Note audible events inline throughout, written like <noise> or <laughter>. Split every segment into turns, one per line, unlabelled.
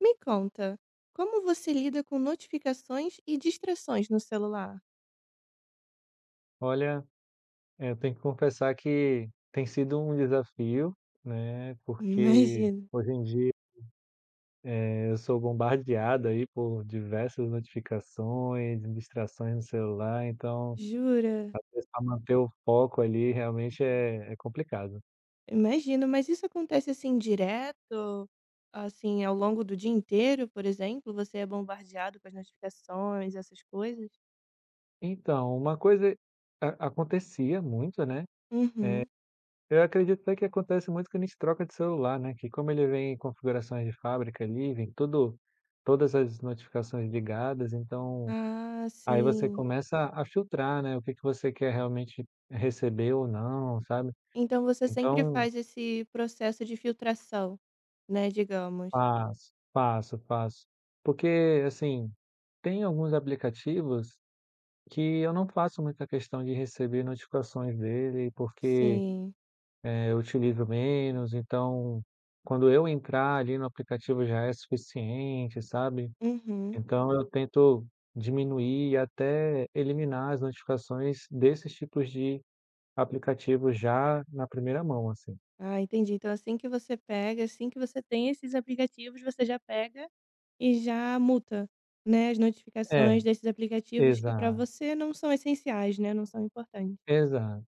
Me conta, como você lida com notificações e distrações no celular?
Olha, eu tenho que confessar que tem sido um desafio, né,
<laughs>
porque
Imagino.
hoje em dia, eu sou bombardeado aí por diversas notificações, distrações no celular, então
Jura?
tentar manter o foco ali realmente é complicado.
Imagino, mas isso acontece assim direto? Assim, ao longo do dia inteiro, por exemplo, você é bombardeado com as notificações, essas coisas?
Então, uma coisa a acontecia muito, né,
Uhum.
eu acredito até que acontece muito quando a gente troca de celular, né, que como ele vem em configurações de fábrica ali, vem tudo todas as notificações ligadas, então
Ah,
aí você
sim.
começa a filtrar, né, o que que você quer realmente receber ou não, sabe.
Então você sempre
Então,
faz esse processo de filtração, né, digamos.
faço, faço, faço. Porque, assim, tem alguns aplicativos que eu não faço muita questão de receber notificações dele, porque,
Sim.
eu utilizo menos, então, quando eu entrar ali no aplicativo já é suficiente, sabe.
Uhum.
Então eu tento diminuir e até eliminar as notificações desses tipos de aplicativo já na primeira mão, assim.
Ah, entendi. Então assim que você pega, assim que você tem esses aplicativos, você já pega e já multa, né, as
É,
notificações desses aplicativos que para
exato,
você não são essenciais, né, não são importantes.
exato.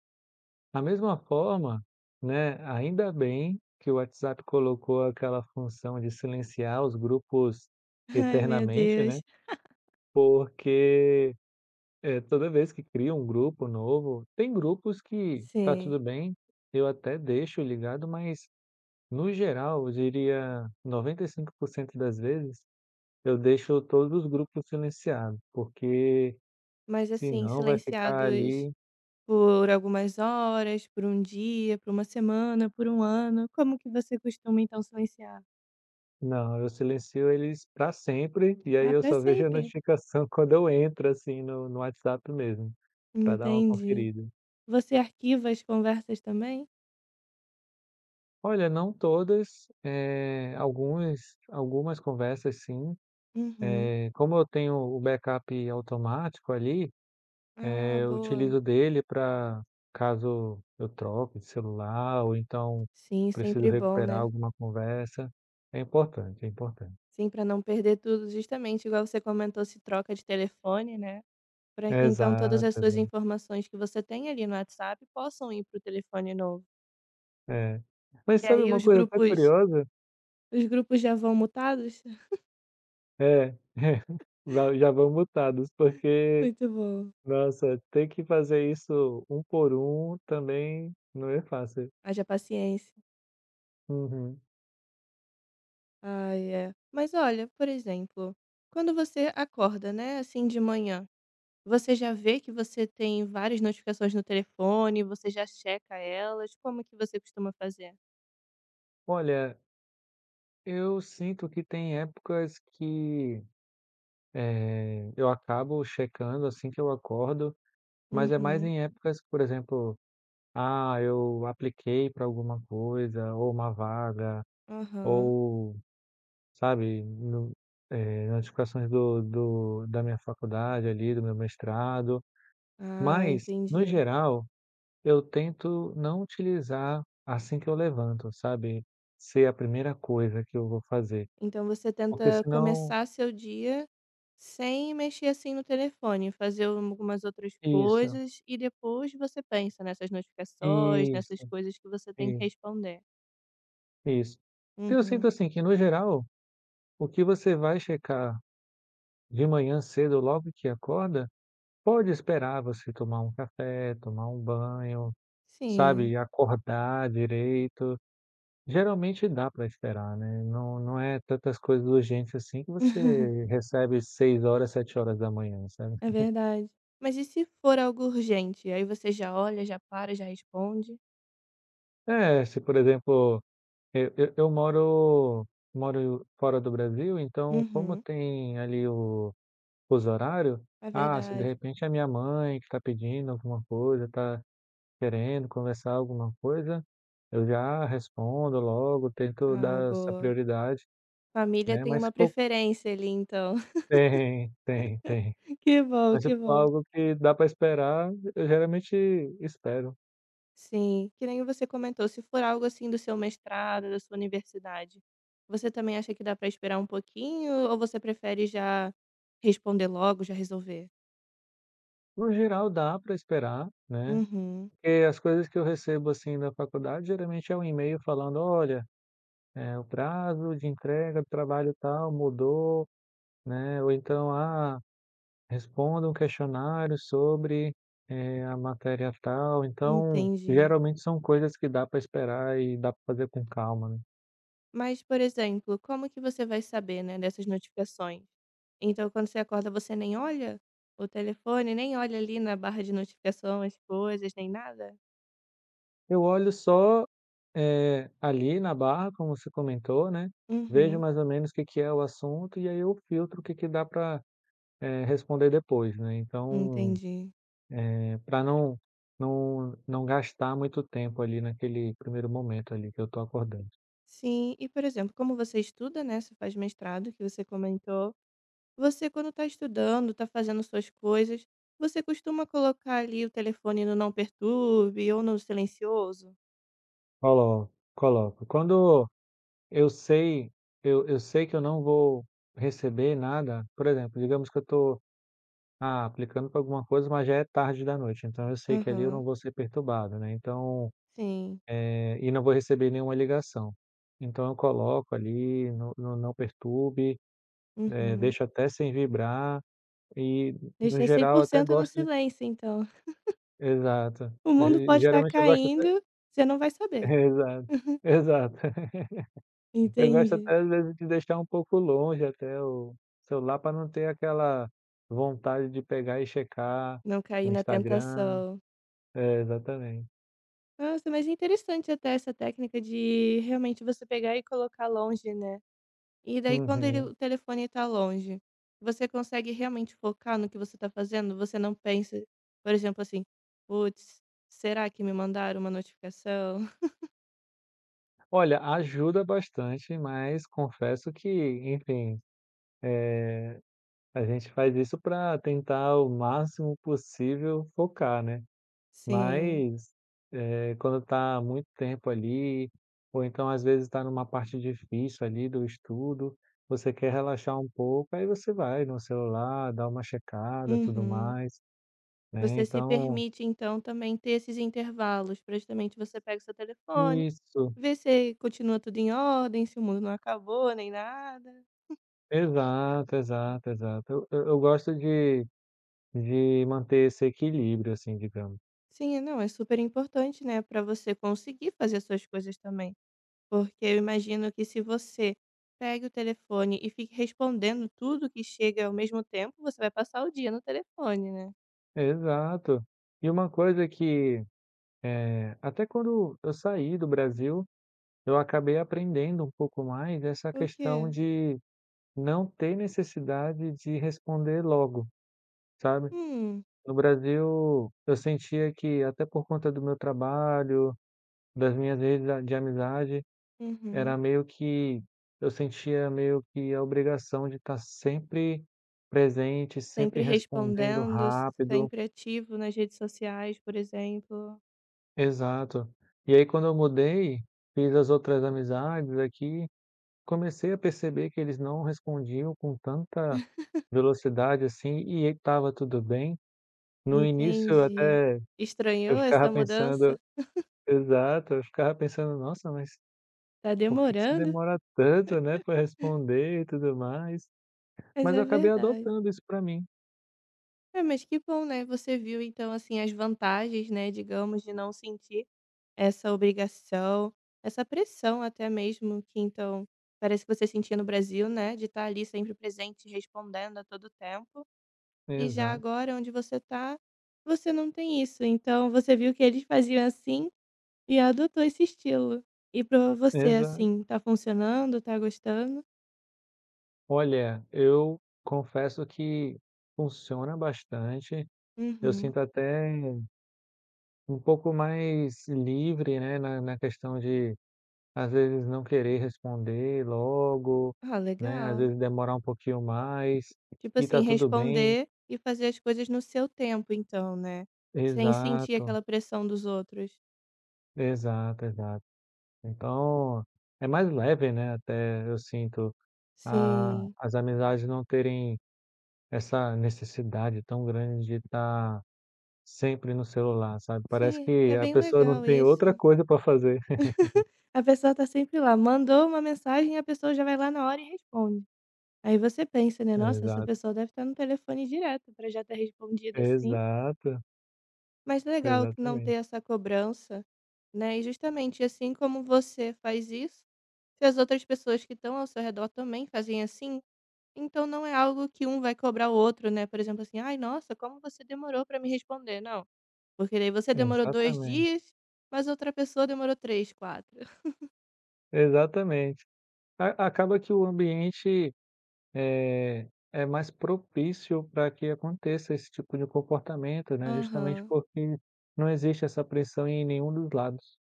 Da mesma forma, né, ainda bem que o WhatsApp colocou aquela função de silenciar os grupos
Ai, meu
eternamente, né,
Deus.
porque, toda vez que cria um grupo novo tem grupos que tá
Sim.
tudo bem, eu até deixo ligado, mas no geral eu diria 95% das vezes, eu deixo todos os grupos silenciados, porque
Mas, assim,
senão vai ficar
silenciados
ali.
por algumas horas, por um dia, por uma semana, por um ano. Como que você costuma, então, silenciar?
Não, eu silencio eles para sempre, e aí
Ah,
eu
para
só vejo a
sempre.
notificação <laughs> quando eu entro, assim, no WhatsApp mesmo, para dar uma
Entendi.
conferida.
Você arquiva as conversas também?
Olha, não todas, algumas conversas, sim,
Uhum.
como eu tenho o backup automático ali,
Ah,
eu
boa.
utilizo dele para caso eu troque de celular ou então
Sim,
preciso
sempre bom,
recuperar
né.
alguma conversa. É importante, é importante.
Sim, para não perder tudo, justamente igual você comentou, se troca de telefone, né, para que então todas as
Exato,
suas
exato.
informações que você tem ali no WhatsApp possam ir para o telefone novo.
É.
E
Mas sabe
aí
uma
os
coisa até
grupos
curiosa?
os grupos já vão mutados? <laughs>
É, <laughs> va já vão mutados, porque,
Muito bom.
nossa, ter que fazer isso um por um também não é fácil.
Haja paciência.
Uhum.
Ai, é. Mas olha, por exemplo, quando você acorda, né, assim de manhã, você já vê que você tem várias notificações no telefone, você já checa elas? Como que você costuma fazer?
Olha, eu sinto que tem épocas que, eu acabo checando assim que eu acordo, mas é mais
Uhum.
em épocas que, por exemplo, eu apliquei para alguma coisa, ou uma vaga,
Aham.
ou sabe, no nas discussões do do da minha faculdade ali, do meu mestrado,
Ah,
mas no
entendi.
geral eu tento não utilizar assim que eu levanto, sabe, ser a primeira coisa que eu vou fazer,
Então você
porque
tenta
senão.
começar seu dia sem mexer, assim, no telefone, fazer algumas outras
Isso,
coisas e depois você pensa nessas notificações,
isso,
nessas coisas que você tem que
isso,
responder.
isso. Eu sinto
Uhum.
assim que, no geral, o que você vai checar de manhã cedo logo que acorda pode esperar você tomar um café, tomar um banho,
Sim.
sabe, acordar direito. Geralmente dá para esperar, né, não é tantas coisas urgentes, assim, que você
<laughs>
recebe 6h, 7h da manhã, sabe.
É verdade. Mas e se for algo urgente? Aí você já olha, já para, já responde?
É, se, por exemplo, eu moro fora do Brasil, então como
Uhum.
tem ali o fuso horário,
É
se de
verdade.
repente é minha mãe que está pedindo alguma coisa, está querendo conversar alguma coisa, eu já respondo logo, tento
Ah,
dar essa
boa.
prioridade,
Família
né,
tem
mas se
uma
for <laughs>
preferência ali, então.
tem, tem, tem.
<laughs> Que bom,
Mas se
que
for
bom.
algo que dá para esperar, eu geralmente espero.
Sim, que nem você comentou, se for algo assim do seu mestrado, da sua universidade, você também acha que dá para esperar um pouquinho ou você prefere já responder logo, já resolver?
No geral dá para esperar, né,
Uhum,
porque as coisas que eu recebo, assim, da faculdade geralmente é um e-mail falando: "Olha, o prazo de entrega do trabalho tal mudou", né, ou então: "Ah, responda um questionário sobre, a matéria tal". Então,
entendi.
geralmente são coisas que dá para esperar e dá para fazer com calma, né.
Mas, por exemplo, como que você vai saber, né, dessas notificações? Então, quando você acorda, você nem olha o telefone, nem olha ali na barra de notificação as coisas, nem nada?
Eu olho só, ali na barra, como você comentou, né, vejo
Uhum,
mais ou menos o que que é o assunto e aí eu filtro o que que dá para responder depois, né, então,
entendi.
para não não gastar muito tempo ali naquele primeiro momento ali que eu tô acordando.
Sim, e por exemplo, como você estuda, né, você faz mestrado, que você comentou, você quando está estudando, está fazendo suas coisas, você costuma colocar ali o telefone no não perturbe ou no silencioso?
Coloco. Quando eu sei eu eu sei que eu não vou receber nada, por exemplo, digamos que eu tô, aplicando para alguma coisa, mas já é tarde da noite, então eu sei que ali eu não
Aham,
vou ser perturbado, né, então
sim.
E não vou receber nenhuma ligação. Então eu coloco ali no não perturbe,
Uhum.
deixo até sem vibrar e, no
Deixa
geral, até
100% no
gosto de.
silêncio então. <laughs>
Exato.
O mundo
E
pode estar
geralmente eu gosto até.
caindo, você não vai
<laughs>
saber.
Exato,
<laughs>
exato. <laughs> Eu gosto
Entendi.
até às vezes de deixar um pouco longe até o celular para não ter aquela vontade de pegar e checar
Não cair
o
na
Instagram.
tentação.
É, exatamente.
Nossa, mas é interessante até essa técnica de realmente você pegar e colocar longe, né. E daí quando ele
Uhum.
o telefone tá longe, você consegue realmente focar no que você tá fazendo? Você não pensa, por exemplo, assim: "Puts, será que me mandaram uma notificação?" <laughs>
Olha, ajuda bastante, mas confesso que, enfim, a gente faz isso para tentar o máximo possível focar, né.
Sim.
Mas, quando tá muito tempo ali, ou então às vezes está numa parte difícil ali do estudo, você quer relaxar um pouco, aí você vai no celular, dá uma checada, tudo
Uhum.
mais, né,
Você se
então.
permite então também ter esses intervalos pra justamente você pega o seu telefone,
Isso,
vê se continua tudo em ordem, se o mundo não acabou nem nada.
exato, exato, exato. Eu gosto de manter esse equilíbrio, assim, digamos.
Sim, não, é super importante, né, pra você conseguir fazer as suas coisas também. Porque eu imagino que se você pegue o telefone e fique respondendo tudo que chega ao mesmo tempo, você vai passar o dia no telefone, né.
Exato. E uma coisa que Eh, Até quando eu saí do Brasil, eu acabei aprendendo um pouco mais essa
O
questão
quê?
de não ter necessidade de responder logo, sabe.
Hum,
No Brasil, eu sentia que, até por conta do meu trabalho, das minhas redes a de amizade,
uhum.
era meio que eu sentia meio que a obrigação de estar sempre presente, sempre
Sempre
respondendo
respondendo,
rápido.
sempre ativo nas redes sociais, por exemplo.
Exato. E aí quando eu mudei, fiz as outras amizades aqui, comecei a perceber que eles não respondiam com tanta velocidade, assim, e estava tudo bem. No início,
Entendi.
eu
Estranhou essa
ficava pensando.
mudança?
Exato, eu ficava pensando: "Nossa, mas
Tá
por que que você
demorando,
demora tanto, né, para responder e tudo mais?".
mas
Mas eu
é
acabei
verdade.
adotando isso para mim.
É, mas que bom, né, você viu então, assim, as vantagens, né, digamos, de não sentir essa obrigação, essa pressão até mesmo que então parece que você sentia no Brasil, né, de estar ali sempre presente, respondendo a todo tempo, e já
Exato,
agora onde você tá, você não tem isso, então você viu que eles faziam assim e adotou esse estilo. E pra você,
exato.
assim, tá funcionando, tá gostando?
Olha, eu confesso que funciona bastante. Eu
Uhum.
sinto até um pouco mais livre, né, na questão de às vezes não querer responder logo,
Ah,
né, às
legal.
vezes demorar um pouquinho mais,
Tipo
e
assim,
tá tudo bem.
responder e fazer as coisas no seu tempo então, né, sem sentir
Exato,
aquela pressão dos outros.
exato, exato. Então, é mais leve, né, até eu sinto, a
Sim.
as amizades não terem essa necessidade tão grande de estar sempre no celular, sabe. Parece
Sim, é
que a
bem
pessoa não
legal
tem outra
isso.
coisa para fazer.
A pessoa tá sempre lá, mandou uma mensagem, e a pessoa já vai lá na hora e responde. Aí você pensa,
<laughs>
né: "Nossa, essa
Exato,
pessoa deve estar no telefone direto para já ter respondido assim".
exato,
Mas legal que não ter
exatamente,
essa cobrança, né. E justamente assim como você faz isso, se as outras pessoas que estão ao seu redor também fazem assim, então não é algo que um vai cobrar o outro, né. Por exemplo, assim: "Ai, nossa, como você demorou para me responder". Não, porque daí você demorou 2
exatamente,
dias, mas outra pessoa demorou 3 ou 4.
exatamente. A Acaba que o ambiente, é mais propício para que aconteça esse tipo de comportamento, né, justamente
Aham,
porque não existe essa pressão em nenhum dos lados.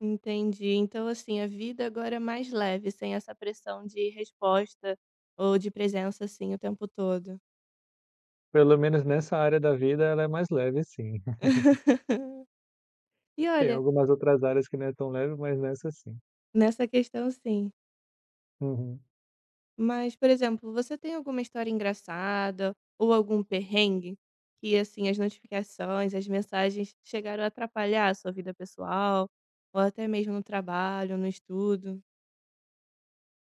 entendi. Então, assim, a vida agora é mais leve, sem essa pressão de resposta ou de presença, assim, o tempo todo.
Pelo menos nessa área da vida ela é mais leve, sim. <laughs>
<laughs> E
Tem
olha,
algumas outras áreas que não é tão leve, mas nessa, sim.
nessa questão, sim.
Uhum.
Mas, por exemplo, você tem alguma história engraçada ou algum perrengue que, assim, as notificações, as mensagens chegaram a atrapalhar a sua vida pessoal ou até mesmo no trabalho, no estudo?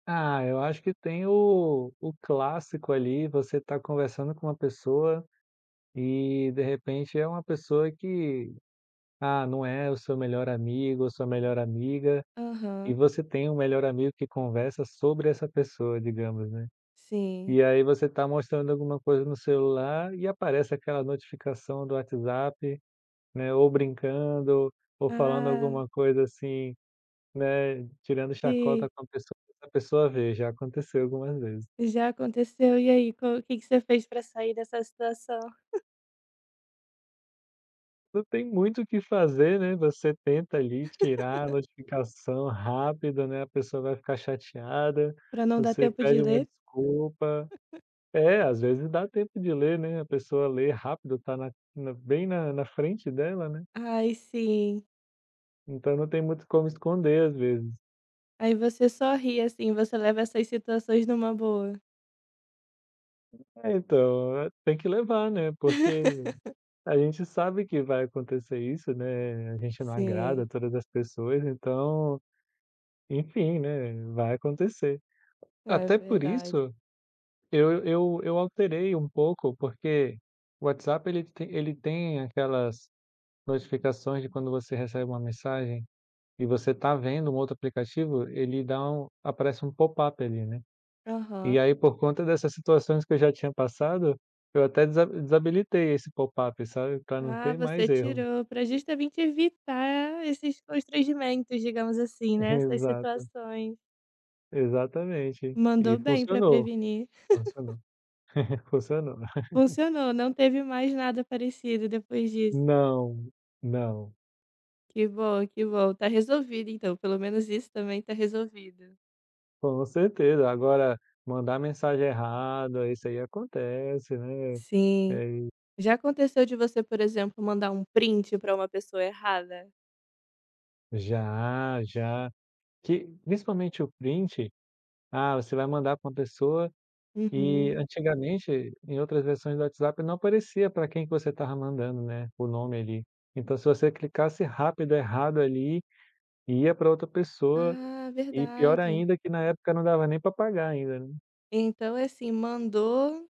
Ah, eu acho que tem o clássico ali, você tá conversando com uma pessoa e, de repente, é uma pessoa que, não é o seu melhor amigo ou sua melhor amiga. E
Aham,
você tem um melhor amigo que conversa sobre essa pessoa, digamos, né.
sim.
E aí você está mostrando alguma coisa no celular e aparece aquela notificação do WhatsApp, né, ou brincando, ou falando
Ah,
alguma coisa assim, né, tirando chacota
sim.
com a pessoa vê, já aconteceu algumas vezes.
Já aconteceu. E aí, co o que que você fez pra sair dessa situação?
Não tem muito o que fazer, né, você tenta ali tirar a notificação rápido, né, a pessoa vai ficar chateada,
Pra não dar
você
tempo de
pede uma
ler?
desculpa. É, às vezes dá tempo de ler, né, a pessoa lê rápido, tá na na bem na frente dela, né,
Ai, sim.
então não tem muito como esconder às vezes.
Aí você só ri, assim, você leva essas situações numa boa.
É, então, é, tem que levar, né, porque
<laughs>
a gente sabe que vai acontecer isso, né, a gente não
Sim,
agrada todas as pessoas, então, enfim, né, vai acontecer.
é
Até por
verdade.
isso, eu alterei um pouco, porque o WhatsApp ele tem aquelas notificações de quando você recebe uma mensagem, e você está vendo um outro aplicativo, ele dá um aparece um pop-up ali, né. E
Aham.
aí, por conta dessas situações que eu já tinha passado, eu até desabilitei esse pop-up, sabe, para não
Ah,
ter
você
mais erro.
tirou pra justamente evitar esses constrangimentos, digamos assim,
<laughs>
né, essas
Exato,
situações.
exatamente.
Mandou
E
bem pra
funcionou,
prevenir.
funcionou, <laughs> funcionou.
Funcionou, não teve mais nada parecido depois disso.
Não, não,
Que bom, que bom. Tá resolvido então, pelo menos isso também tá resolvido.
com certeza. Agora, mandar mensagem errada, isso aí acontece, né.
Sim.
Eh,
Já aconteceu de você, por exemplo, mandar um print pra uma pessoa errada?
Já, já. Que principalmente o print, você vai mandar para uma pessoa. E
Uhum.
antigamente, em outras versões do WhatsApp, não aparecia para quem que você estava mandando, né, o nome ali. Então, se você clicasse rápido errado ali, ia para outra pessoa,
Ah,
e pior
verdade.
ainda que na época não dava nem para pagar ainda, né.
Então é assim, mandou,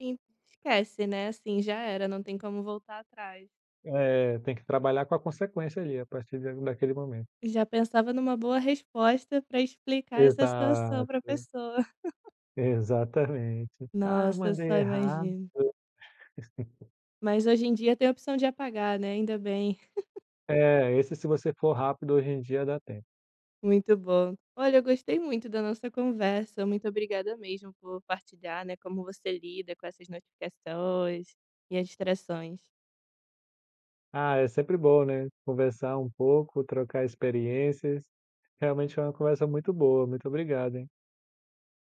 en esquece, né, assim, já era, não tem como voltar atrás.
É, tem que trabalhar com a consequência ali, a partir da daquele momento.
Já pensava numa boa resposta pra explicar essa situação
Exato,
pra pessoa. <laughs>
exatamente. "Ah,
Nossa, eu
mandei
só
errado".
imagino.
<laughs>
Mas hoje em dia tem a opção de apagar, né, ainda bem.
É, esse, se você for rápido, hoje em dia dá tempo.
Muito bom. Olha, eu gostei muito da nossa conversa. Muito obrigada mesmo por partilhar, né, como você lida com essas notificações e as distrações.
Ah, é sempre bom, né, conversar um pouco, trocar experiências. Realmente foi uma conversa muito boa. Muito obrigado, hein.